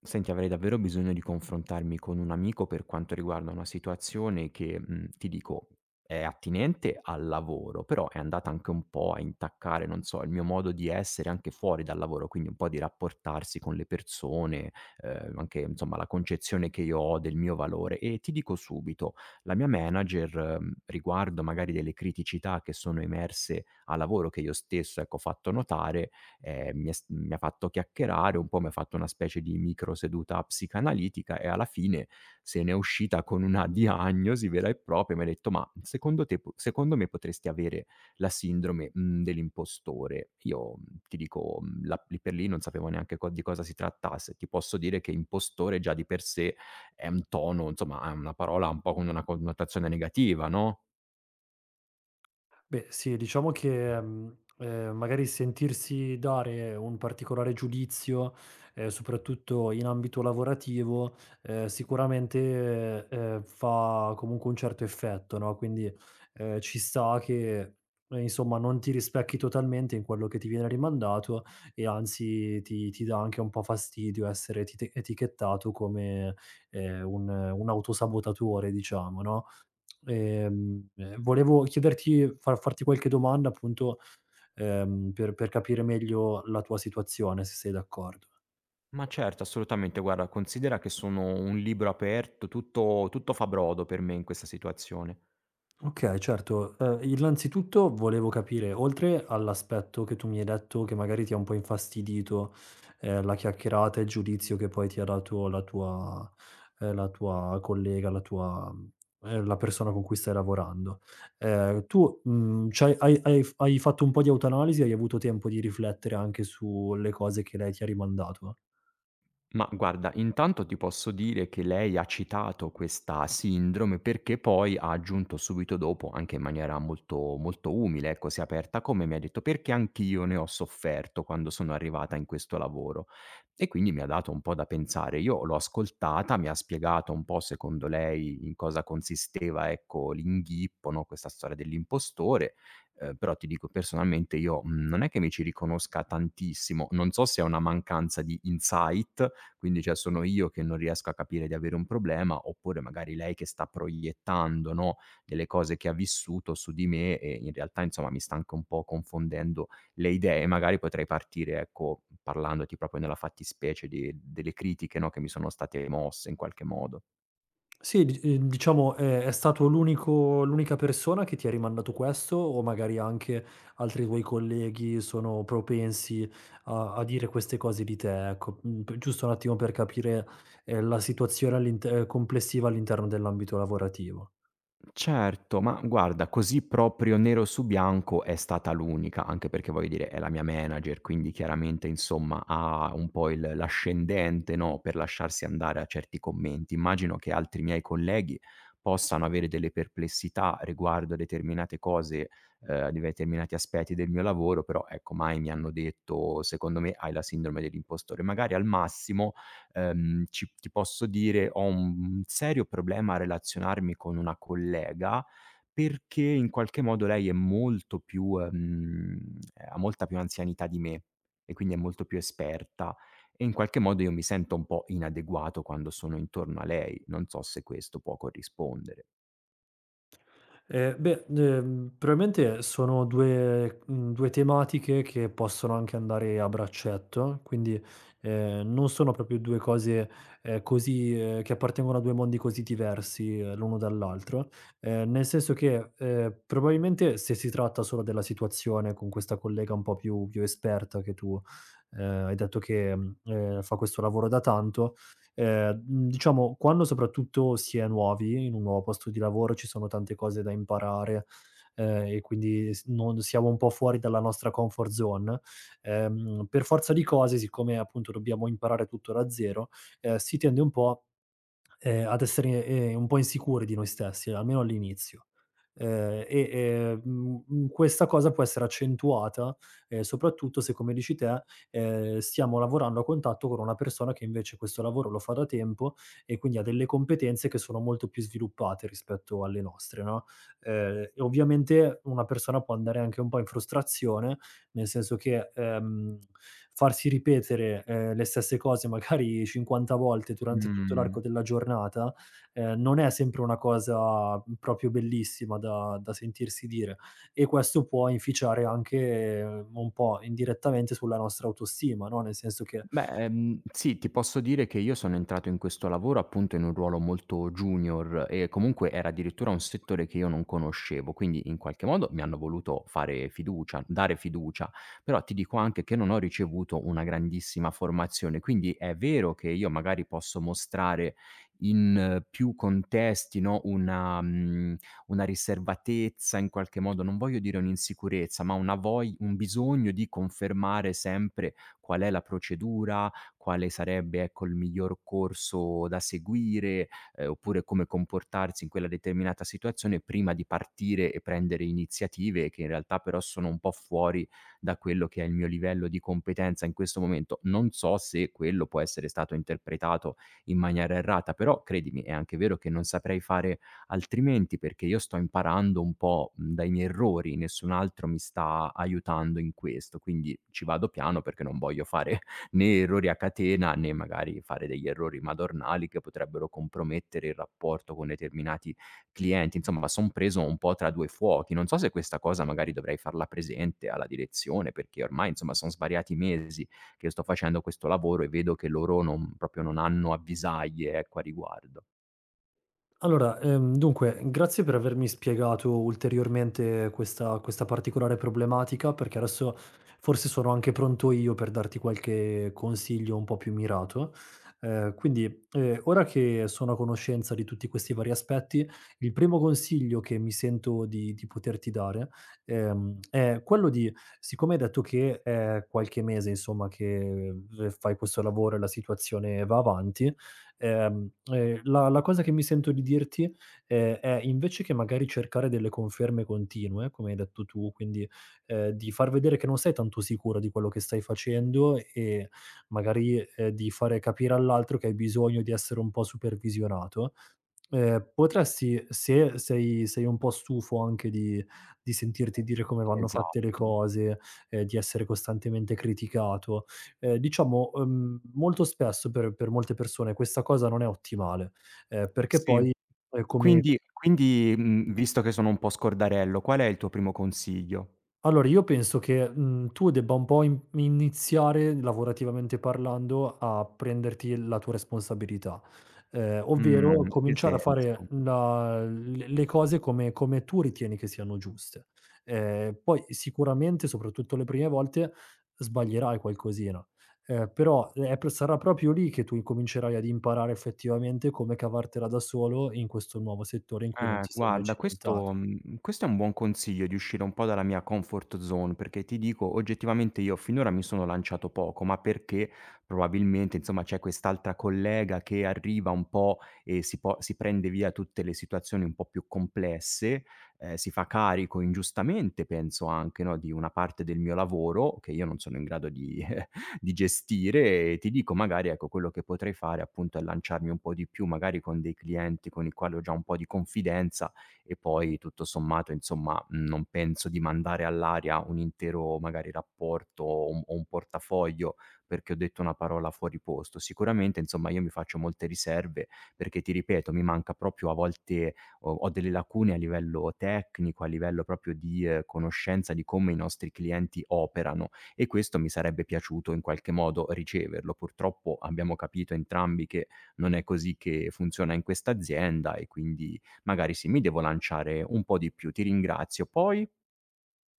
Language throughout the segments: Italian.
Senti, avrei davvero bisogno di confrontarmi con un amico per quanto riguarda una situazione che, ti dico, è attinente al lavoro, però è andata anche un po' a intaccare, non so, il mio modo di essere anche fuori dal lavoro, quindi un po' di rapportarsi con le persone, anche insomma la concezione che io ho del mio valore. E ti dico subito, la mia manager, riguardo magari delle criticità che sono emerse a lavoro, che io stesso, ecco, ho fatto notare, mi è s mi ha fatto chiacchierare un po', mi ha fatto una specie di micro seduta psicanalitica e alla fine se n'è uscita con una diagnosi vera e propria, mi ha detto: "Ma secondo te po secondo me potresti avere la sindrome, dell'impostore". Io, ti dico, la lì per lì non sapevo neanche co di cosa si trattasse. Ti posso dire che impostore già di per sé è un tono, insomma, è una parola un po' con una connotazione negativa, no? Beh, sì, diciamo che, magari sentirsi dare un particolare giudizio, soprattutto in ambito lavorativo, sicuramente, fa comunque un certo effetto, no, quindi, ci sta che, insomma non ti rispecchi totalmente in quello che ti viene rimandato e anzi ti dà anche un po' fastidio essere etit etichettato come, un autosabotatore diciamo, no. Volevo chiederti farti qualche domanda appunto, per capire meglio la tua situazione, se sei d'accordo. Ma certo, assolutamente. Guarda, considera che sono un libro aperto, tutto fa brodo per me in questa situazione. Okay, certo. Innanzitutto volevo capire, oltre all'aspetto che tu mi hai detto che magari ti ha un po' infastidito, la chiacchierata e il giudizio che poi ti ha dato la tua, la tua collega, la tua, la persona con cui stai lavorando. Tu, c'hai hai hai f hai fatto un po' di autoanalisi, hai avuto tempo di riflettere anche sulle cose che lei ti ha rimandato? Ma guarda, intanto ti posso dire che lei ha citato questa sindrome perché poi ha aggiunto subito dopo, anche in maniera molto, molto umile, ecco, si è aperta come mi ha detto, perché anch'io ne ho sofferto quando sono arrivata in questo lavoro. E quindi mi ha dato un po' da pensare. Io l'ho ascoltata, mi ha spiegato un po' secondo lei in cosa consisteva, ecco, l'inghippo, no? Questa storia dell'impostore. Però ti dico personalmente io non è che mi ci riconosca tantissimo, non so se è una mancanza di insight, quindi, cioè, sono io che non riesco a capire di avere un problema, oppure magari lei che sta proiettando, no, delle cose che ha vissuto su di me e in realtà, insomma, mi sta anche un po' confondendo le idee. Magari potrei partire, ecco, parlandoti proprio nella fattispecie di delle critiche, no, che mi sono state mosse in qualche modo. Sì, di, diciamo è stato l'unica persona che ti ha rimandato questo o magari anche altri tuoi colleghi sono propensi a dire queste cose di te, ecco. Mhmm, p giusto un attimo per capire, la situazione all'inter complessiva all'interno dell'ambito lavorativo. Certo, ma guarda, così proprio nero su bianco è stata l'unica, anche perché voglio dire è la mia manager, quindi chiaramente insomma ha un po' il l'ascendente, no, per lasciarsi andare a certi commenti. Immagino che altri miei colleghi possano avere delle perplessità riguardo a determinate cose, a determinati aspetti del mio lavoro, però ecco mai mi hanno detto: "Secondo me hai la sindrome dell'impostore". Magari al massimo ci ti posso dire, ho un serio problema a relazionarmi con una collega, perché in qualche modo lei è molto più ha molta più anzianità di me e quindi è molto più esperta e in qualche modo io mi sento un po' inadeguato quando sono intorno a lei. Non so se questo può corrispondere. Beh, probabilmente sono due, due tematiche che possono anche andare a braccetto, quindi, non sono proprio due cose, così che appartengono a due mondi così diversi l'uno dall'altro, nel senso che, probabilmente se si tratta solo della situazione con questa collega un po' più esperta che tu, hai detto che, fa questo lavoro da tanto. Diciamo, quando soprattutto si è nuovi in un nuovo posto di lavoro, ci sono tante cose da imparare, e quindi s non siamo un po' fuori dalla nostra comfort zone, per forza di cose, siccome appunto dobbiamo imparare tutto da zero, si tende un po' ad essere, un po' insicuri di noi stessi, almeno all'inizio. Questa cosa può essere accentuata, soprattutto se, come dici te, stiamo lavorando a contatto con una persona che invece questo lavoro lo fa da tempo e quindi ha delle competenze che sono molto più sviluppate rispetto alle nostre, no, e ovviamente una persona può andare anche un po' in frustrazione nel senso che, farsi ripetere, le stesse cose magari 50 volte durante tutto l'arco Mh. della giornata, non è sempre una cosa, proprio bellissima da sentirsi dire e questo può inficiare anche un po' indirettamente sulla nostra autostima, no, nel senso che... Beh, sì, ti posso dire che io sono entrato in questo lavoro appunto in un ruolo molto junior e comunque era addirittura un settore che io non conoscevo, quindi in qualche modo mi hanno voluto fare fiducia, dare fiducia, però ti dico anche che non ho ricevuto una grandissima formazione, quindi è vero che io magari posso mostrare in più contesti, no, una, una riservatezza in qualche modo, non voglio dire un'insicurezza, ma una voglia, un bisogno di confermare sempre qual è la procedura, quale sarebbe, ecco, il miglior corso da seguire, oppure come comportarsi in quella determinata situazione prima di partire e prendere iniziative che in realtà però sono un po' fuori da quello che è il mio livello di competenza in questo momento. Non so se quello può essere stato interpretato in maniera errata, però credimi, è anche vero che non saprei fare altrimenti perché io sto imparando un po', dai miei errori, nessun altro mi sta aiutando in questo, quindi ci vado piano perché non voglio fare né errori a catena, né magari fare degli errori madornali che potrebbero compromettere il rapporto con determinati clienti. Insomma, son preso un po' tra 2 fuochi. Non so se questa cosa magari dovrei farla presente alla direzione, perché ormai, insomma, son svariati mesi che sto facendo questo lavoro e vedo che loro non proprio non hanno avvisaglie, ecco, a riguardo. Allora, dunque, grazie per avermi spiegato ulteriormente questa particolare problematica, perché adesso forse sono anche pronto io per darti qualche consiglio un po' più mirato. Ehm, quindi, ora che sono a conoscenza di tutti questi vari aspetti, il primo consiglio che mi sento di poterti dare, è quello di, siccome hai detto che è qualche mese, insomma, che v fai questo lavoro e la situazione va avanti, la cosa che mi sento di dirti, è invece che magari cercare delle conferme continue, come hai detto tu, quindi, di far vedere che non sei tanto sicuro di quello che stai facendo e magari, di fare capire all'altro che hai bisogno di essere un po' supervisionato. Potresti, se sei un po' stufo anche di sentirti dire come vanno fatte le Esatto. cose, di essere costantemente criticato, diciamo, molto spesso per molte persone questa cosa non è ottimale, ehm, perché Sì. poi, come... Quindi, visto che sono un po' scordarello, qual è il tuo primo consiglio? Allora, io penso che, tu debba un po' im iniziare, lavorativamente parlando, a prenderti la tua responsabilità, Mhmm, ovvero in che cominciare a senso? fare la le cose come tu ritieni che siano giuste. Poi sicuramente, soprattutto le prime volte, sbaglierai qualcosina, però è p sarà proprio lì che tu incomincerai ad imparare effettivamente come cavartela da solo in questo nuovo settore in cui non ti sei mai Guarda questo cimentato. Questo è un buon consiglio di uscire un po' dalla mia comfort zone, perché ti dico oggettivamente io finora mi sono lanciato poco, ma perché probabilmente, insomma, c'è quest'altra collega che arriva un po' e si prende via tutte le situazioni un po' più complesse, si fa carico ingiustamente penso anche, no, di una parte del mio lavoro, che io non sono in grado di gestire e ti dico magari, ecco, quello che potrei fare appunto è lanciarmi un po' di più, magari con dei clienti con i quali ho già un po' di confidenza e poi tutto sommato, insomma, non penso di mandare all'aria un intero magari rapporto o un portafoglio perché ho detto una parola fuori posto. Sicuramente, insomma, io mi faccio molte riserve perché ti ripeto, mi manca proprio a volte ho delle lacune a livello tecnico, a livello proprio di, conoscenza di come i nostri clienti operano e questo mi sarebbe piaciuto in qualche modo riceverlo. Purtroppo abbiamo capito entrambi che non è così che funziona in questa azienda e quindi magari sì, mi devo lanciare un po' di più. Ti ringrazio. Poi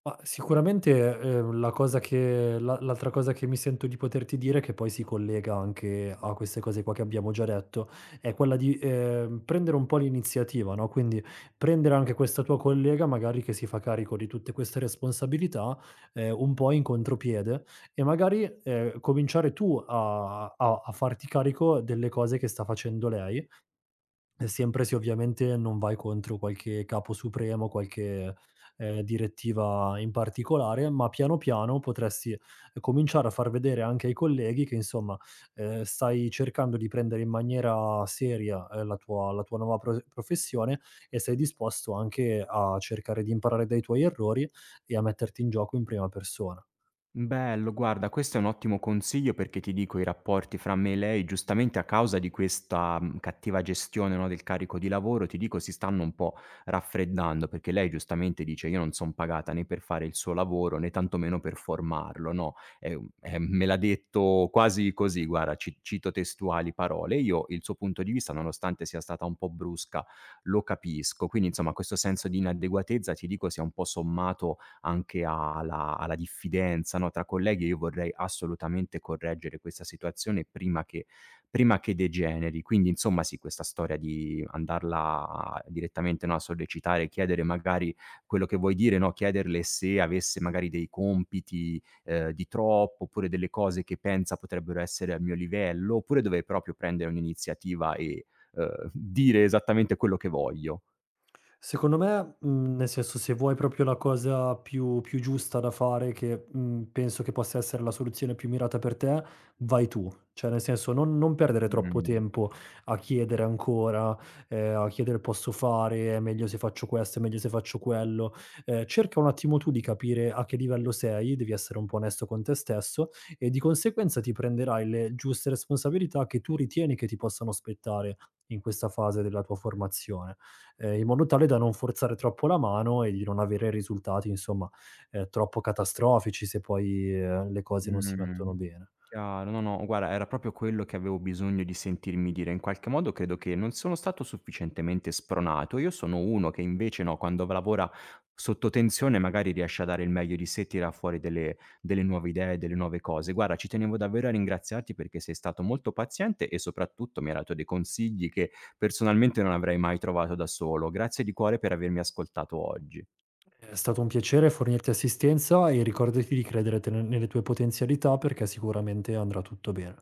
Ma sicuramente, la cosa che la l'altra cosa che mi sento di poterti dire, che poi si collega anche a queste cose qua che abbiamo già detto, è quella di, prendere un po' l'iniziativa, no, quindi prendere anche questa tua collega magari che si fa carico di tutte queste responsabilità, un po' in contropiede e magari, cominciare tu a farti carico delle cose che sta facendo lei e sempre se ovviamente non vai contro qualche capo supremo, qualche, direttiva in particolare, ma piano piano potresti, cominciare a far vedere anche ai colleghi che insomma, stai cercando di prendere in maniera seria, la tua nuova professione e sei disposto anche a cercare di imparare dai tuoi errori e a metterti in gioco in prima persona. bello, guarda, questo è un ottimo consiglio perché ti dico i rapporti fra me e lei, giustamente a causa di questa cattiva gestione, no, del carico di lavoro, ti dico si stanno un po' raffreddando perché lei giustamente dice io non sono pagata né per fare il suo lavoro né tantomeno per formarlo, no? Me l'ha detto quasi così, guarda, cito testuali parole. Io il suo punto di vista, nonostante sia stata un po' brusca, lo capisco. Quindi, insomma, questo senso di inadeguatezza, ti dico, si è un po' sommato anche alla diffidenza, no, tra colleghi, io vorrei assolutamente correggere questa situazione prima che degeneri. Quindi insomma sì, questa storia di andarla direttamente, no, a sollecitare, chiedere magari quello che vuoi dire, no, chiederle se avesse magari dei compiti, di troppo, oppure delle cose che pensa potrebbero essere al mio livello, oppure dovrei proprio prendere un'iniziativa e, dire esattamente quello che voglio. Secondo me, nel senso, se vuoi proprio la cosa più giusta da fare che, penso che possa essere la soluzione più mirata per te, vai tu. Cioè, nel senso, non perdere troppo Mh. tempo a chiedere ancora, a chiedere: "Posso fare? È meglio se faccio questo? È meglio se faccio quello?" Cerca un attimo tu di capire a che livello sei, devi essere un po' onesto con te stesso e di conseguenza ti prenderai le giuste responsabilità che tu ritieni che ti possano spettare in questa fase della tua formazione, in modo tale da non forzare troppo la mano e di non avere risultati insomma, troppo catastrofici se poi, le cose non si mettono Mh, bene. chiaro. No, no, guarda era proprio quello che avevo bisogno di sentirmi dire. In qualche modo credo che non sono stato sufficientemente spronato. Io sono uno che invece no, quando v lavora sotto tensione magari riesce a dare il meglio di sé, tira fuori delle nuove idee, delle nuove cose. Guarda, ci tenevo davvero a ringraziarti perché sei stato molto paziente e soprattutto mi hai dato dei consigli che personalmente non avrei mai trovato da solo. Grazie di cuore per avermi ascoltato oggi. È stato un piacere fornirti assistenza e ricordati di credere te ne nelle tue potenzialità perché sicuramente andrà tutto bene.